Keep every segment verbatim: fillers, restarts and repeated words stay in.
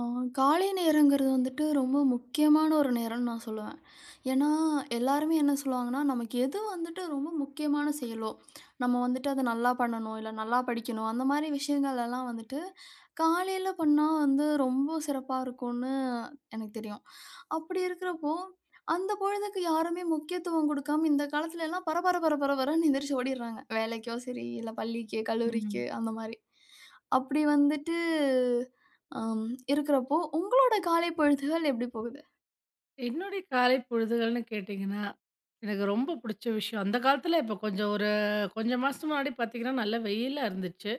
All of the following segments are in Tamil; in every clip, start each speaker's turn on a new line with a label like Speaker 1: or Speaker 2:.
Speaker 1: ஆ, காலை நேரங்கிறது வந்துட்டு ரொம்ப முக்கியமான ஒரு நேரம்னு நான் சொல்லுவேன். ஏன்னா, எல்லாருமே என்ன சொல்லுவாங்கன்னா, நமக்கு எது வந்துட்டு ரொம்ப முக்கியமான செயலோ, நம்ம வந்துட்டு அத நல்லா பண்ணணும், இல்ல நல்லா படிக்கணும், அந்த மாரி விஷயங்கள் எல்லாம் வந்துட்டு காலையில பண்ணா வந்து ரொம்ப சிறப்பா இருக்கும்னு எனக்கு தெரியும். அப்படி இருக்கிறப்போ, அந்த பொழுதுக்கு யாருமே முக்கியத்துவம் குடுக்காம, இந்த காலத்துல எல்லாம் பர பர பர பரன்னு எந்திரிச்சு ஓடிடுறாங்க. வேலைக்கோ சரி, இல்ல பள்ளிக்கு,
Speaker 2: ம்.
Speaker 1: கல்லூரிக்கு அந்த மாரி. அப்படி வந்துட்டு, ஆ இருக்கிறப்போ, உங்களோட காலை பொழுதுகள் எப்படி போகுது?
Speaker 2: என்னுடைய காலை பொழுதுகள்னு கேட்டிங்கன்னா, எனக்கு ரொம்ப புடிச்ச விஷயம் அந்த காலத்தில இப்ப கொஞ்சம் ஒரு கொஞ்சம் மாசத்துக்கு முன்னாடி பார்த்தீங்கன்னா, நல்ல வெயிலா இருந்துச்சு.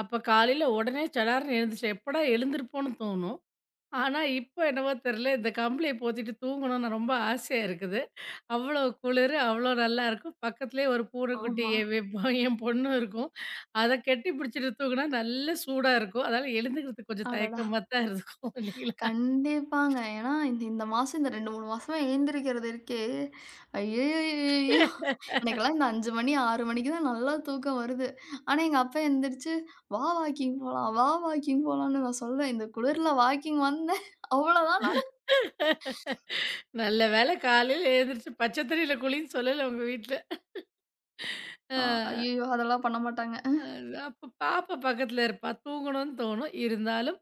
Speaker 2: அப்ப காலையில உடனே சடார்ன்னு எழுந்துச்சு. எப்படா எழுந்திருப்போம்ன்னு தோணும். ஆனா, இப்ப என்னவோ தெரியல இந்த கம்பளிய போத்திட்டு தூங்கணும்னு ரொம்ப ஆசையா இருக்குது. அவ்வளோ குளிரு, அவ்வளோ நல்லாயிருக்கும். பக்கத்திலேயே ஒரு பூனைக்குட்டி
Speaker 1: ஆமா.
Speaker 2: என் வெ- என் பொண்ணும் இருக்கும். அத கெட்டி பிடிச்சிட்டு தூங்குனா நல்ல சூடா இருக்கும். அதனால எழுந்துக்கிறதுக்கு கொஞ்சம்
Speaker 1: அடடா!
Speaker 2: தயக்கமா தான் இருக்கும் இல்லைங்களா?
Speaker 1: கண்டிப்பாங்க. ஏன்னா, இந்த இந்த மாசம் இந்த ரெண்டு, மூணு மாசமா எழுந்திரிக்கிறது இருக்கே, ஐயய்யய்யய்யோ! எனக்கெல்லாம் இந்த அஞ்சு மணி, ஆறு மணிக்கு தான் நல்லா தூக்கம் வருது. ஆனா, எங்க அப்பா எந்திரிச்சு, "வா வாக்கிங் போலாம், வா வாக்கிங் போலாம்ன்னு" நான் சொல்வேன். இந்த குளிர்ல வாக்கிங் வந்தேன். அவ்வளோதான் நான்.
Speaker 2: நல்ல வேளை காலையில எழுந்திரிச்சு பச்சை தண்ணியில குளின்னு சொல்லல உங்க வீட்ல.
Speaker 1: அ
Speaker 2: அ
Speaker 1: ஐயய்யோ! அதெல்லாம் பண்ண மாட்டாங்க.
Speaker 2: அ அப்ப பாப்பா பக்கத்துல இருப்பா. தூங்கணும்னு தோணும். இருந்தாலும்,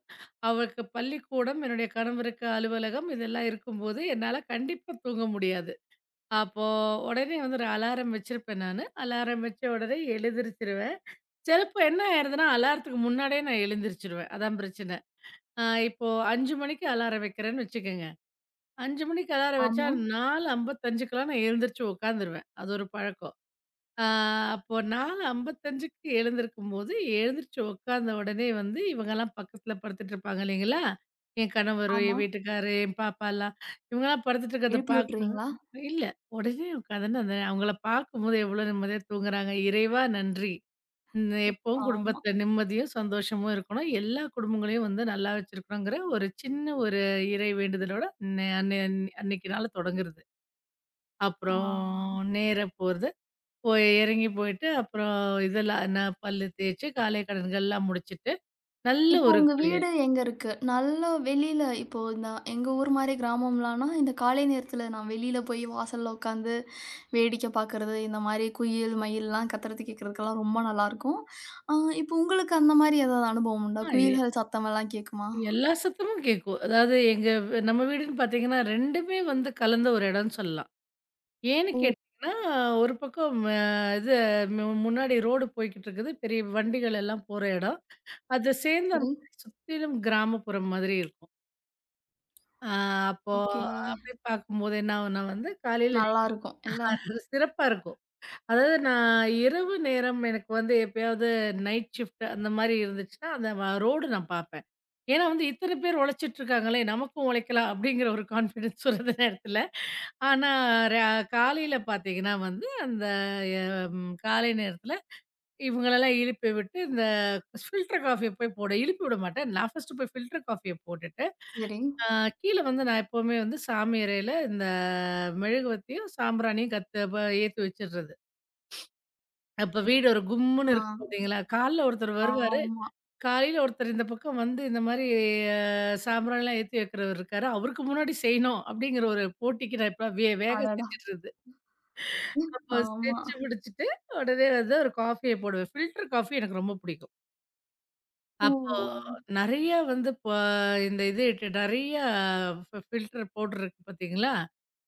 Speaker 2: அவளுக்கு பள்ளிக்கூடம், என்னுடைய கணவருக்கு அலுவலகம் இதெல்லாம் இருக்கும்போது, என்னால கண்டிப்பா தூங்க முடியாது. அப்போ உடனே வந்து ஒரு அலாரம் வச்சிருப்பேன் நானு. அலாரம் வச்ச உடனே எழுந்திரிச்சுருவேன். சிலப்போ என்ன ஆயிருதுன்னா, அலாரத்துக்கு முன்னாடியே நான் எழுந்திரிச்சுருவேன். அதான் பிரச்சனை. அ இப்போ ஐந்து மணிக்கு அலாரம் வைக்கிறேன்னு வச்சுக்கங்க. ஐந்து மணிக்கு அலாரம் வச்சா
Speaker 1: ஆமா.
Speaker 2: 4:55க்குலாம் நான் எழுந்திரிச்சு உட்காந்துருவேன். அது ஒரு பழக்கம். ஆ அப்போ 4:55க்கு எழுந்திருக்கும்போது, எழுந்திரிச்சு உட்காந்த உடனே வந்து இவங்கலாம் பக்கத்துல படுத்துட்டு இருப்பாங்க இல்லைங்களா? என் கணவரு, என்
Speaker 1: ஆமா.
Speaker 2: வீட்டுக்காரு, என் பாப்பாலாம் இவங்கலாம் படுத்துட்டு இருக்கிறத
Speaker 1: எழுப்பி விட்டுருவீங்களா?
Speaker 2: பார்க்க இல்ல. உடனே உட்காந்துன்னு அந்த அவங்கள பார்க்கும்போது எவ்வளோ நிம்மதியா தூங்குறாங்க. இறைவா நன்றி! ம் எப்பவும்
Speaker 1: ஆமா.
Speaker 2: குடும்பத்துல நிம்மதியும், சந்தோஷமும் இருக்கணும். எல்லா குடும்பங்களையும் வந்து நல்லா வச்சிருக்கணுங்கிற ஒரு சின்ன ஒரு இறை வேண்டுதலோட நே அன்னை அன்னைக்கு நாள தொடங்குறது.
Speaker 1: ஆ.
Speaker 2: அப்புறம் நேரா போறது. போய் இறங்கி போயிட்டு, அப்புறம் இதெல்லாம் என்ன பல்லு தேய்ச்சு, காலை கடன்கள்லாம் முடிச்சுட்டு, நல்ல
Speaker 1: இப்போ
Speaker 2: ஒரு
Speaker 1: உங்க வீடு
Speaker 2: குளியல்.
Speaker 1: எங்க இருக்கு? நல்ல வெளியில இப்போ நான் எங்க ஊர் மாரி கிராமம்லான்னா, இந்த காலை நேரத்தில நான் வெளியில போய் வாசல்ல உட்காந்து வேடிக்கை பார்க்கறது, இந்த மாரி குயில், மயில்லாம் கத்துறது கேட்கறதுக்கெல்லாம் ரொம்ப நல்லாருக்கும். ஆ இப்போ உங்களுக்கு அந்த மாரி ஏதாவது அனுபவம் உண்டா?
Speaker 2: ஆ எ
Speaker 1: குயில்கள் சத்தமெல்லாம் கேட்குமா?
Speaker 2: எல்லா சத்தமும் கேட்கும். அதாவது எங்க நம்ம வீடுன்னு பார்த்தீங்கன்னா, 2மே வந்து கலந்த ஒரு இடம்னு சொல்லலாம். ஏன்னு
Speaker 1: ஓ!
Speaker 2: கேட்டீங்கன்னா, ஒரு பக்கம் அ இது மு முன்னாடி ரோடு போய்க்கிட்டு இருக்குது. பெரிய வண்டிகள் எல்லாம் போற இடம். அத சேர்ந்த
Speaker 1: சரி.
Speaker 2: மாதிரி சுற்றிலும் கிராமப்புறம் மாதிரி இருக்கும். அ அப்போ
Speaker 1: ஓகே.
Speaker 2: அப்படி பார்க்கும்போது என்ன ஆகும்னா வந்து, காலையில
Speaker 1: நல்லாருக்கும் இல்ல?
Speaker 2: சிறப்பா இருக்கும். அதாவது நான் இரவு நேரம் எனக்கு வந்து எப்பயாவது நைட் ஷிஃப்ட் அந்த மாரி இருந்துச்சுன்னா, அந்த வ ரோடு நான் பார்ப்பேன். ஏன்னா வந்து இத்தன பேர் உழைச்சிட்டு இருக்காங்களே! நமக்கும் உழைக்கலாம் அப்படிங்கிற ஒரு கான்ஃபிடன்ஸ் வரும் அந்த நேரத்தில. ஆனா ரா காலையில பார்த்தீங்கன்னா வந்து, அந்த எ ம் காலை நேரத்தில இவங்களெல்லாம் எழுப்பி விட்டு, இந்த ஃபில்டர் காஃபிய போய் போட எழுப்பி விட மாட்டேன். நான் ஃபர்ஸ்ட்டு போய் ஃபில்டர் காஃபிய போட்டுட்டு,
Speaker 1: சரி.
Speaker 2: அ கீழ வந்து நான் எப்பவுமே வந்து சாமி அறையில இந்த மெழுகுவர்த்தியும், சாம்பிராணியும் கத்து ப ஏத்தி வச்சுடுறது. அப்ப வீடு ஒரு கும்முன்னு
Speaker 1: ஆ.
Speaker 2: இருக்கும் பார்த்தீங்களா? காலைல ஒருத்தர் வருவாரு.
Speaker 1: ஆமா.
Speaker 2: காலையில ஒருத்தர் இந்த பக்கம் வந்து இந்த மாரி அ சாம்பிராணிலாம் ஏத்தி வைக்கிறவர் இருக்காரு. அவருக்கு முன்னாடி செய்யணும் அப்படிங்கிற ஒரு போட்டிக்கு நான் இப்பலாம் வே வேகம்
Speaker 1: அடடா!
Speaker 2: செஞ்சுட்றது. அப்போ
Speaker 1: ஆமா.
Speaker 2: செஞ்சு முடிச்சுட்டு, உடனே வந்து ஒரு காஃபிய போடுவேன். ஃபில்டர் காஃபி எனக்கு ரொம்ப புடிக்கும். அப்போ
Speaker 1: ஓ!
Speaker 2: நெறைய வந்து இப்ப இந்த இது நெறைய ஃபி ஃபில்டர் பவுடர் இருக்கு பார்த்தீங்களா?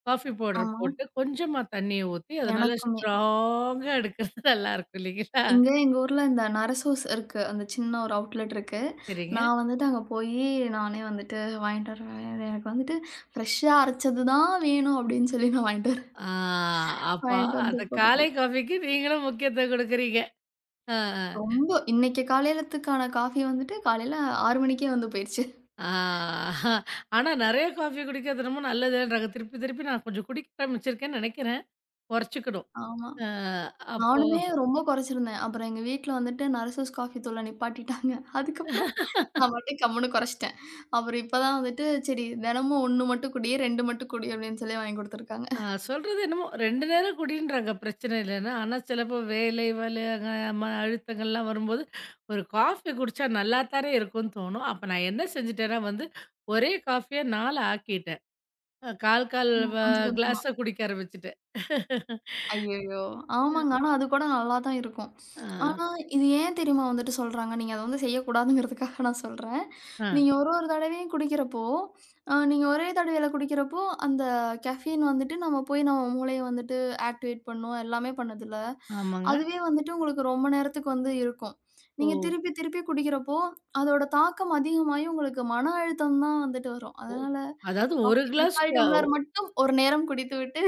Speaker 2: காஃபி பவுடர்
Speaker 1: ஆமா.
Speaker 2: போட்டு கொஞ்சமா தண்ணிய ஊத்தி, அது நல்லா
Speaker 1: எனக்குமே.
Speaker 2: ஸ்ட்ராங்கா எடுக்கிறது நல்லாருக்கும் இல்லைங்களா?
Speaker 1: இங்க எங்க ஊர்ல இந்த நரசூஸ் இருக்கு. அந்த சின்ன ஒரு அவுட்லெட் இருக்கு.
Speaker 2: சரிங்க.
Speaker 1: நான் வந்துட்டு அங்க போயி, நானே வந்துட்டு வாங்கிட்டு வருவேன். எனக்கு வந்துட்டு ஃப்ரெஷ்ஷா அரைச்சது தான் வேணும் அப்படின்னு சொல்லி நான் வாங்கிட்டு வருவேன்.
Speaker 2: ஆ அப்ப
Speaker 1: வாங்கிட்டு வந்து
Speaker 2: அந்த காலை
Speaker 1: போட்டுக்குவேன்.
Speaker 2: காஃபிக்கு நீங்களும் முக்கியத்துவம் குடுக்குறீங்க. ஆ, ஆ.
Speaker 1: ரொம்ப இன்னைக்கு காலையிலத்துக்கான காஃபி வந்துட்டு காலையில ஆறு மணிக்கே வந்து போயிருச்சு.
Speaker 2: ஆ ஆனா நெறைய காஃபி குடிக்கிறது ரொம்ப நல்லதுன்றாங்க. திருப்பி திருப்பி நான் கொஞ்சம் குடிக்க ஆரம்பிச்சிருக்கேன்னு நெனைக்கிறேன். கொறச்சுக்கணும்.
Speaker 1: ஆமா.
Speaker 2: ஆ அப்போ
Speaker 1: நானுமே ரொம்ப குறைச்சிருந்தேன். அப்புறம் எங்க வீட்ல வந்துட்டு நரசூஸ் காஃபி தூள நிப்பாட்டிட்டாங்க. அதுக்கப்புறம் நான் பாட்டுக்கு கம்முன்னு குறைச்சிட்டேன். அப்புறம் இப்ப தான் வந்துட்டு சரி தினமும் ஒன்று மட்டும் குடி, ரெண்டு மட்டும் குடி அப்படின்னு சொல்லி வாங்கி குடுத்துருக்காங்க.
Speaker 2: அ சொல்றது என்னமோ ரெண்டு நேரம் குடின்றாங்க பிரச்சனை இல்லன்னு. ஆனா சிலப்போ வேலை வலு அ மன அழுத்தங்கள்லாம் வரும்போது, ஒரு காஃபி குடிச்சா நல்லாத்தானே இருக்கும்னு தோணும். அப்ப நான் என்ன செஞ்சுட்டேன்னா வந்து, ஒரே காஃபிய நாலு ஆக்கிட்டேன். அ கால் கால்
Speaker 1: ம்.
Speaker 2: வ
Speaker 1: கொஞ்சம் கொஞ்சமா.
Speaker 2: கிளாஸா குடிக்க ஆரம்பிச்சுட்டேன்.
Speaker 1: ஐயய்யோ! ஆமாங்க. ஆனா அது கூட நல்லா தான் இருக்கும்.
Speaker 2: ஆ.
Speaker 1: ஆனா இது ஏன் தெரியுமா வந்துட்டு சொல்றாங்க? நீங்க அத வந்து செய்யக்கூடாதுங்கிறதுக்காக நான் சொல்றேன்.
Speaker 2: ஆ.
Speaker 1: நீங்க ஒரு ஒரு தடவையும் குடிக்கிறப்போ, அ நீங்க ஒரே தடவையில குடிக்கிறப்போ, அந்த கெஃபீன் வந்துட்டு நம்ம போய் நம்ம மூளைய வந்துட்டு ஆக்டிவேட் பண்ணும், எல்லாமே பண்ணுதுல்ல.
Speaker 2: ஆமாங்க.
Speaker 1: அதுவே வந்துட்டு உங்களுக்கு ரொம்ப நேரத்துக்கு வந்து இருக்கும்.
Speaker 2: ஓ!
Speaker 1: நீங்க திருப்பி திருப்பி குடிக்கிறப்போ, அதோட தாக்கம் அதிகமாகி உங்களுக்கு மன அழுத்தம் தான் வந்துட்டு வரும்.
Speaker 2: ஓ!
Speaker 1: அதனால
Speaker 2: அதாவது 1
Speaker 1: காஃபி
Speaker 2: கிளாஸ் க
Speaker 1: முக்கால் டம்ளர் மட்டும் ஒரு நேரம் குடித்துவிட்டு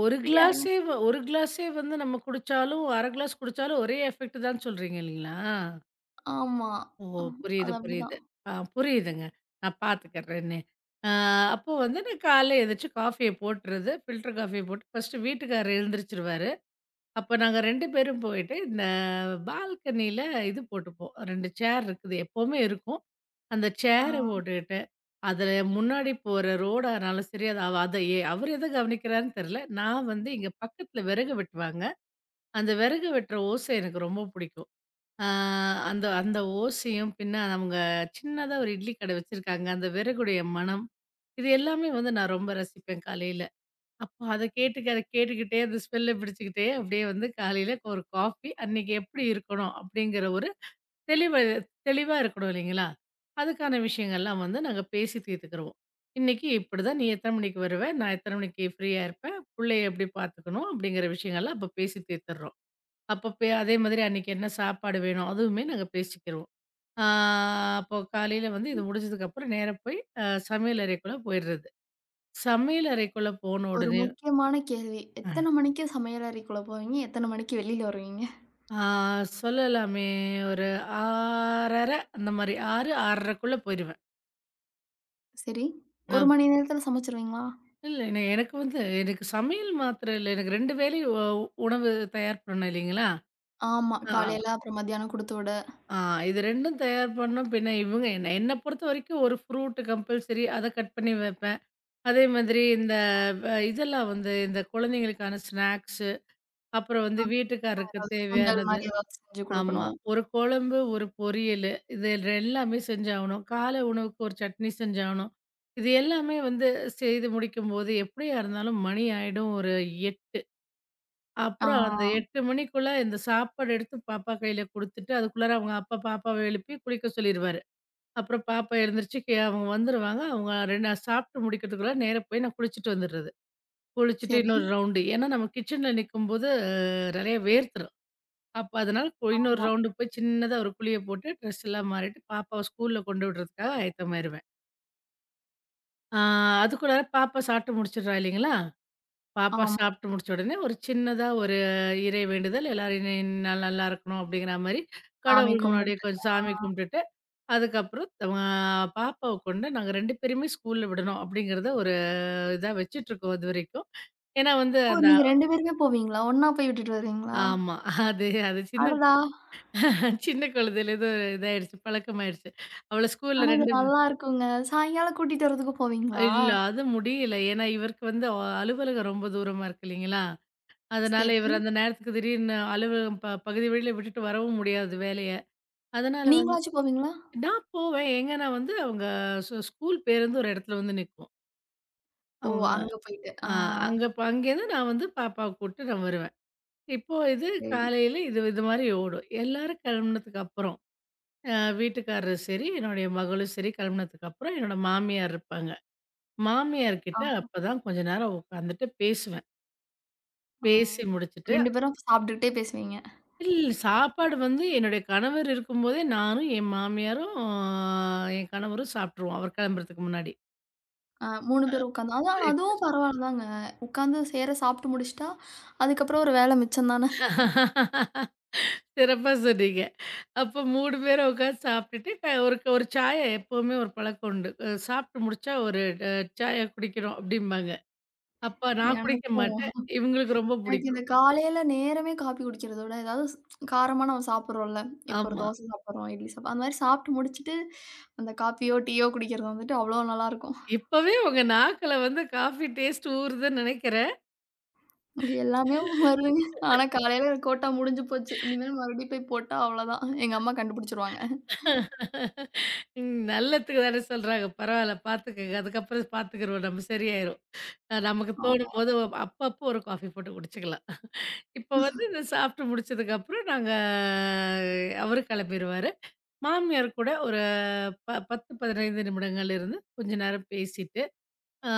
Speaker 2: 1
Speaker 1: ஃப்ரீயா இருங்க.
Speaker 2: கிளாஸே 1 கிளாஸே வந்து நம்ம குடிச்சாலும், அரை கிளாஸ் குடிச்சாலும் ஒரே எஃபெக்ட் தான் சொல்றீங்க இல்லைங்களா?
Speaker 1: ஆமா.
Speaker 2: ஓ!
Speaker 1: ம்.
Speaker 2: புரியுது,
Speaker 1: அது
Speaker 2: புரியுது.
Speaker 1: அப்படிதான்.
Speaker 2: ஆ புரியுதுங்க. நான் பார்த்துக்கிறேன்னு. ஆ அப்போ வந்து நான் காலைல எந்திரிச்சு காஃபிய போட்டுறது. ஃபில்டர் காஃபிய போட்டு ஃபர்ஸ்ட்டு வீட்டுக்காரர் எழுந்திரிச்சுருவாரு. அப்ப நாங்க ரெண்டு பேரும் போயிட்டு, இந்த பால்கனியில இது போட்டுப்போம். ரெண்டு சேர் இருக்குது. எப்பவுமே இருக்கும். அந்த
Speaker 1: ஆ
Speaker 2: சேர போட்டுட்டு, அதுல முன்னாடி போற ரோடானாலும் சரி, அது அவ அத எ அவரு எத கவனிக்கிறாருன்னு தெரியல. நான் வந்து இங்க பக்கத்துல விறகு வெட்டுவாங்க. அந்த விறகு வெட்டுற ஓசை எனக்கு ரொம்ப பிடிக்கும். ஆ அந்த அந்த ஓசையும், பின்ன அவங்க சின்னதா ஒரு இட்லி கடை வச்சிருக்காங்க. அந்த விறகுடைய மணம், இது எல்லாமே வந்து நான் ரொம்ப ரசிப்பேன் காலையில. அப்ப அத கேட்டுக்க அத கேட்டுக்கிட்டே, அந்த ஸ்மெல்ல பிடிச்சுக்கிட்டே, அப்படியே வந்து காலையில ஒரு காஃபி அன்னைக்கு எப்படி இருக்கணும்? அப்படிங்கிற ஒரு தெளிவு தெளிவா இருக்கணும் இல்லைங்களா? அதுக்கான விஷயங்கள்லாம் வந்து நாங்க பேசி தீர்த்துக்கிருவோம். இன்னைக்கு இப்படிதான். நீ எத்தன மணிக்கு வருவ? நான் எத்தன மணிக்கு ஃப்ரீயா இருப்பேன்? புள்ளைய எப்படி பார்த்துக்கணும்? அப்படிங்கிற விஷயங்கள்லாம் அப்ப பேசி தீர்த்துடுறோம். அப்ப பே அதே மாதிரி அன்னைக்கு என்ன சாப்பாடு வேணும்? அதுவுமே நாங்க பேசிக்கிருவோம். ஆ அப்போ காலையில வந்து இது முடிஞ்சதுக்கப்புறம் நேரா போய் அ சமையல் அறைக்குள்ள போயிடுறது. சமையல் அறைக்குள்ள போன
Speaker 1: ஒரு
Speaker 2: உடனே
Speaker 1: முக்கியமான கேள்வி. எத்தன மணிக்கு சமையல் அறைக்குள்ள போவீங்க? எத்தன மணிக்கு வெளியில வருவீங்க?
Speaker 2: ஆ சொல்லலாமே. ஒரு ஆறரை அந்த மாரி ஆறு, 6:30க்குள்ள போயிருவேன்.
Speaker 1: சரி.
Speaker 2: அ
Speaker 1: ஒரு மணி நேரத்துல சமைச்சுருவீங்களா?
Speaker 2: இல்ல என எனக்கு வந்து எனக்கு சமையல் மாத்திரம் இல்ல. எனக்கு ரெண்டு வேளையும் உ உணவு தயார் பண்ணணும் இல்லைங்களா?
Speaker 1: ஆமா.
Speaker 2: ஆ
Speaker 1: காலையில அப்புறம் மத்தியானம் குடுத்து விட,
Speaker 2: ஆ இது 2ம் தயார் பண்ணணும். பின்ன இவங்க என்ன என்ன பொறுத்தவரைக்கும் ஒரு ஃப்ரூட் கம்பல்சரி அத கட் பண்ணி வைப்பேன். அதே மாதிரி இந்த வ இதெல்லாம் வந்து இந்த குழந்தைங்களுக்கான ஸ்நாக்ஸு, அப்புறம் வந்து வீட்டுக்காரருக்கு
Speaker 1: அதாவது சுண்டல்
Speaker 2: தேவையானது.
Speaker 1: மாரி ஏதாவது செஞ்சு
Speaker 2: ஆமா.
Speaker 1: குடுக்கணும்.
Speaker 2: ஒரு குழம்பு, ஒரு பொரியலு இது எல்லாமே செஞ்சாகணும். காலை உணவுக்கு ஒரு சட்னி செஞ்சாகணும். இது எல்லாமே வந்து செய்து முடிக்கும்போது எப்படியா இருந்தாலும் மணி ஆயிடும் ஒரு எட்டு.
Speaker 1: ஆ
Speaker 2: அப்புறம் அந்த எட்டு மணிக்குள்ள இந்த சாப்பாடு எடுத்து பாப்பா கையில குடுத்துட்டு, அதுக்குள்ளார அவங்க அப்பா பாப்பாவ எழுப்பி குளிக்க சொல்லிருவாரு. அப்புறம் பாப்பா எழுந்திரிச்சு கே அவங்க வந்துருவாங்க. அவங்க ரெண்டு சாப்பிட்டு முடிக்கிறதுக்குள்ள நேரா போய் நான் குளிச்சுட்டு வந்துடுறது. குளிச்சுட்டு
Speaker 1: சரி.
Speaker 2: இன்னொரு ரவுண்டு. ஏன்னா நம்ம கிச்சன்ல நிக்கும்போது அ நெறைய வேர்த்துரும். அப்ப அதனால கொ- இன்னொரு
Speaker 1: ஆமா,
Speaker 2: ரவுண்டு போய் சின்னதா ஒரு குழிய போட்டு, ட்ரெஸ் எல்லாம் மாறிட்டு, பாப்பாவ ஸ்கூல்ல கொண்டு விடுறதுக்காக ஆயத்தமாயிருவேன். ஆ அதுக்குள்ளார பாப்பா சாப்பிட்டு முடிச்சுடுறா இல்லைங்களா? பாப்பா
Speaker 1: ஆமா.
Speaker 2: சாப்பிட்டு முடிச்ச உடனே ஒரு சின்னதா ஒரு இறை வேண்டுதல், எல்லாரும் இனி நான் நல்லா இருக்கணும் அப்படிங்கிற மாரி,
Speaker 1: சாமி
Speaker 2: கடவுள் முன்னாடி
Speaker 1: கும்பிட்டு.
Speaker 2: கொஞ்சம் சாமி கும்பிட்டுட்டு, அதுக்கப்புறம் அ பாப்பாவ கொண்டு நாங்க ரெண்டு பேருமே ஸ்கூல்ல விடணும் அப்படிங்கிறத ஒரு இதா வச்சுட்டுருக்கோம் இதுவரைக்கும். ஏன்னா வந்து
Speaker 1: ஓ!
Speaker 2: அந்த.
Speaker 1: நீங்க ரெண்டு பேருமே போவீங்களா? ஒண்ணா போய் விட்டுட்டு வருவீங்களா?
Speaker 2: ஆமா. அது அது சின்ன
Speaker 1: அடடா!
Speaker 2: சின்ன குழந்தையில ஏதோ இதாயிடுச்சு, பழக்கமாயிடுச்சு. அவள ஸ்கூல்ல
Speaker 1: ஆனா இது
Speaker 2: ரெண்டு ம
Speaker 1: நல்லா இருக்குங்க. சாயங்காலம் கூட்டிட்டு வரதுக்கு போவீங்களா?
Speaker 2: இல்ல அது முடியல. ஏன்னா இவருக்கு வந்து அ அலுவலகம் ரொம்ப தூரமா இருக்கு இல்லைங்களா? அதனால
Speaker 1: சரி.
Speaker 2: இவர் அந்த நேரத்துக்கு திடீர்னு அலுவலகம் ப பகுதி வழியில விட்டுட்டு வரவும் முடியாது வேலைய. அதனால வந்து
Speaker 1: நீங்களாச்சும் போவீங்களா?
Speaker 2: நான் போவேன். எங்கன்னா வந்து அவங்க ஸ் ஸ்கூல் பேருந்து ஒரு இடத்துல வந்து நிக்கும்.
Speaker 1: ஓ!
Speaker 2: அவங்க
Speaker 1: அங்க போயிட்டு. ஆ
Speaker 2: அ அங்க ப அங்கேருந்து நான் வந்து பாப்பாவ கூட்டு நான் வருவேன். இப்போ இது
Speaker 1: சரி.
Speaker 2: காலையில இது இது மாரி ஓடும். எல்லாரும் கிளம்புனதுக்கு அப்புறம். அ வீட்டுக்காரரு சரி, என்னுடைய மகளும் சரி கிளம்புனதுக்கு அப்புறம் என்னோட மாமியார் இருப்பாங்க. மாமியார்கிட்ட
Speaker 1: ஆ.
Speaker 2: அப்பதான் கொஞ்ச நேரம் உட்காந்துட்டு பேசுவேன்.
Speaker 1: ஆ.
Speaker 2: பேசி முடிச்சுட்டு
Speaker 1: ரெண்டு பேரும் சாப்பிட்டுக்கிட்டே பேசுவீங்க.
Speaker 2: இல்ல சாப்பாடு வந்து என்னுடைய கணவர் இருக்கும்போதே நானும், என் மாமியாரும், ஆஹ், என் கணவரும் சாப்ட்டுருவோம். அவர் கிளம்புறதுக்கு முன்னாடி.
Speaker 1: அ மூணு பேரும் உட்காந்து அதான் அதுவும்
Speaker 2: பிரேக்ஃபாஸ்ட்.
Speaker 1: பரவாயில்ல தாங்க. உட்காந்து செய்ற சாப்பிட்டு முடிச்சுட்டா, அதுக்கப்புறம் ஒரு வேலை மிச்சம் தானே.
Speaker 2: சிறப்பா சொன்னீங்க. அப்ப மூணு பேரும் உட்காந்து சாப்ட்டுட்டு க ஒரு ஒரு சாய எப்பவுமே ஒரு பழக்கம் உண்டு. அ சாப்ட்டு முடிச்சா ஒரு அ சாயா குடிக்கிறோம் அப்டிம்பாங்க. அப்ப நான் குடிக்க
Speaker 1: எனக்கும்
Speaker 2: மாட்டேன். இவங்களுக்கு ரொம்ப
Speaker 1: எனக்கு இந்த
Speaker 2: பிடிக்கும்.
Speaker 1: காலையில நேரமே காப்பி குடிக்கிறத விட, ஏதாவது ஸ்- காரமா நம்ம சாப்பிடுறோம்ல. இப்போ ஒரு
Speaker 2: ஆமா.
Speaker 1: தோசை சாப்பிடுறோம், இட்லி சாப்பிடுறோம். அந்த மாதிரி சாப்பிட்டு முடிச்சுட்டு, அந்த காப்பியோ, டீயோ குடிக்கிறது வந்துட்டு அவ்வளோ நல்லாயிருக்கும்.
Speaker 2: இப்பவே உங்க நாக்குல வந்து காஃபி டேஸ்ட் ஊறுதுன்னு நெனைக்கிறேன்.
Speaker 1: இது எல்லாமே வருதுங்க. ஆனா காலையில கோட்டா முடிஞ்சு போச்சு. இனிமேல் மறுபடியும் போய் போட்டா அவ்வளோதான். எங்க அம்மா கண்டுபிடிச்சுருவாங்க.
Speaker 2: ம் நல்லதுக்கு தானே சொல்றாங்க. பரவால்ல பார்த்துக்கங்க. அதுக்கப்புறம் பார்த்துக்குருவோம். நம்ம சரியாயிரும். அ நமக்கு
Speaker 1: ஆமா.
Speaker 2: தோணும்போது அப்பப்போ ஒரு காஃபி போட்டு குடிச்சுக்கலாம். இப்ப வந்து இத சாப்பிட்டு முடிச்சதுக்கப்புறம் நாங்க அவரு கெளம்பிருவாரு. மாமியார் கூட ஒரு ப பத்து, பதினைந்து நிமிடங்கள் இருந்து கொஞ்ச நேரம் பேசிட்டு அ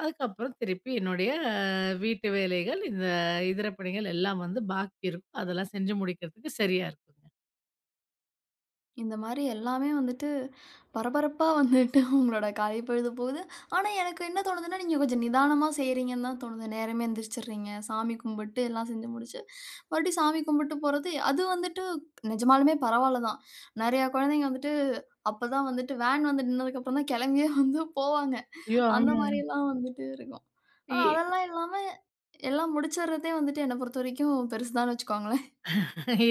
Speaker 2: அதுக்கப்புறம் திருப்பி என்னுடைய ஆஹ், வீட்டு வேலைகள், இந்த இதர பணிகள் எல்லாம் வந்து பாக்கி இருக்கும். அதெல்லாம் செஞ்சு முடிக்கிறதுக்கு சரியா இருக்குங்க.
Speaker 1: இந்த மாரி எல்லாமே வந்துட்டு பரபரப்பா வந்துட்டு உங்களோட காலை பொழுது போகுது. ஆனா, எனக்கு என்ன தோணுதுன்னா, நீங்க கொஞ்சம் நிதானமா செய்றீங்கன்னு தான் தோணுது. நேரமே எந்திரிச்சிடுறீங்க. சாமி கும்பிட்டு எல்லாம் செஞ்சு முடிச்சு, மறுபடியும் சாமி கும்பிட்டு போறது, அது வந்துட்டு நிஜமாலுமே பரவால்ல தான். நெறையா குழந்தைங்க வந்துட்டு அப்பதான் வந்துட்டு வேன் வந்து நின்னதுக்கப்புறம் தான் கிளம்பியே வந்து போவாங்க.
Speaker 2: ஐயோ!
Speaker 1: அந்த
Speaker 2: ஆமா.
Speaker 1: மாரியெல்லாம் வந்துட்டு இருக்கும். ஆனா,
Speaker 2: இ
Speaker 1: அதெல்லாம் இல்லாம எல்லாம் முடிச்சிடுறதே வந்துட்டு என்ன பொறுத்தவரைக்கும் பெருசு தான்னு வச்சுக்கோங்களேன்.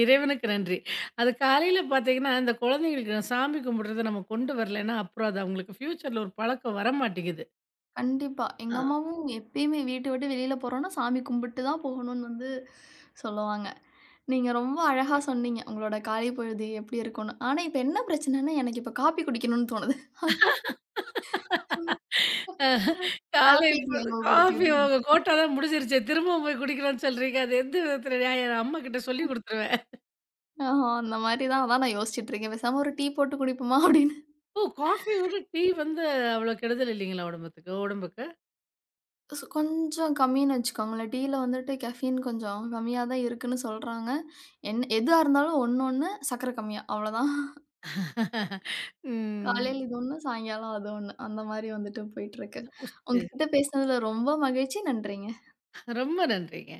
Speaker 2: இறைவனுக்கு நன்றி. அது காலையில பாத்தீங்கன்னா, இந்த குழந்தைங்களுக்கு நான் சாமி கும்பிடுறத நம்ம கொண்டு வரலைன்னா, அப்புறம் அது அவங்களுக்கு ஃப்யூச்சர்ல ஒரு பழக்கம் வரமாட்டேங்குது.
Speaker 1: கண்டிப்பா. எங்க
Speaker 2: ஆ.
Speaker 1: அம்மாவும் எப்பயுமே வீட்ட விட்டு வெளியில போறோம்னா, சாமி கும்பிட்டு தான் போகணும்னு வந்து சொல்லுவாங்க. நீங்க ரொம்ப அழகா சொன்னீங்க. உங்களோட காலை பொழுது எப்படி இருக்கும்னு. ஆனா இப்ப என்ன பிரச்சனைன்னா, எனக்கு இப்ப காப்பி குடிக்கணும்னு தோணுது. அது மட்டும் தான்
Speaker 2: காலை
Speaker 1: காப்பிய
Speaker 2: இப்ப
Speaker 1: ஞாபகப்படுத்தி
Speaker 2: காஃபி
Speaker 1: விட்டுட்டீங்க.
Speaker 2: உங்க கோட்டா தான் முடிஞ்சிருச்சே, திரும்பவும் போய் குடிக்கலாம்னு சொல்றீங்க. அது எந்த விதத்துல நியாயம்? அம்மாகிட்ட சொல்லி குடுத்துருவேன்.
Speaker 1: ஆஹா, அந்த மாரி தான். அதான் நான் யோசிச்சுட்டு இருக்கேன். பேசாம ஒரு டீ போட்டு குடிப்போமா அப்படின்னு.
Speaker 2: ஓ! காஃபிய விட டீ வந்து அவ்வளோ கெடுதல் இல்லைங்களா உடம்பத்துக்கு உடம்புக்கு?
Speaker 1: சு கொஞ்சம் கம்மின்னு வச்சுக்கோங்களேன். டீல வந்துட்டு கெஃபீன் கொஞ்சம் கம்மியா தான் இருக்குன்னு சொல்றாங்க. என் எதுவா இருந்தாலும் ஒண்ணு ஒண்ணு சர்க்கரை கம்மியா அவ்வளோதான்.
Speaker 2: ம்.
Speaker 1: காலையில இது ஒண்ணு, சாயங்காலம் அது ஒண்ணு. அந்த மாரி வந்துட்டு போயிட்டுருக்கு.
Speaker 2: புரியுது.
Speaker 1: உங்ககிட்ட பேசினதுல ரொம்ப மகிழ்ச்சி. நன்றிங்க.
Speaker 2: ரொம்ப நன்றிங்க.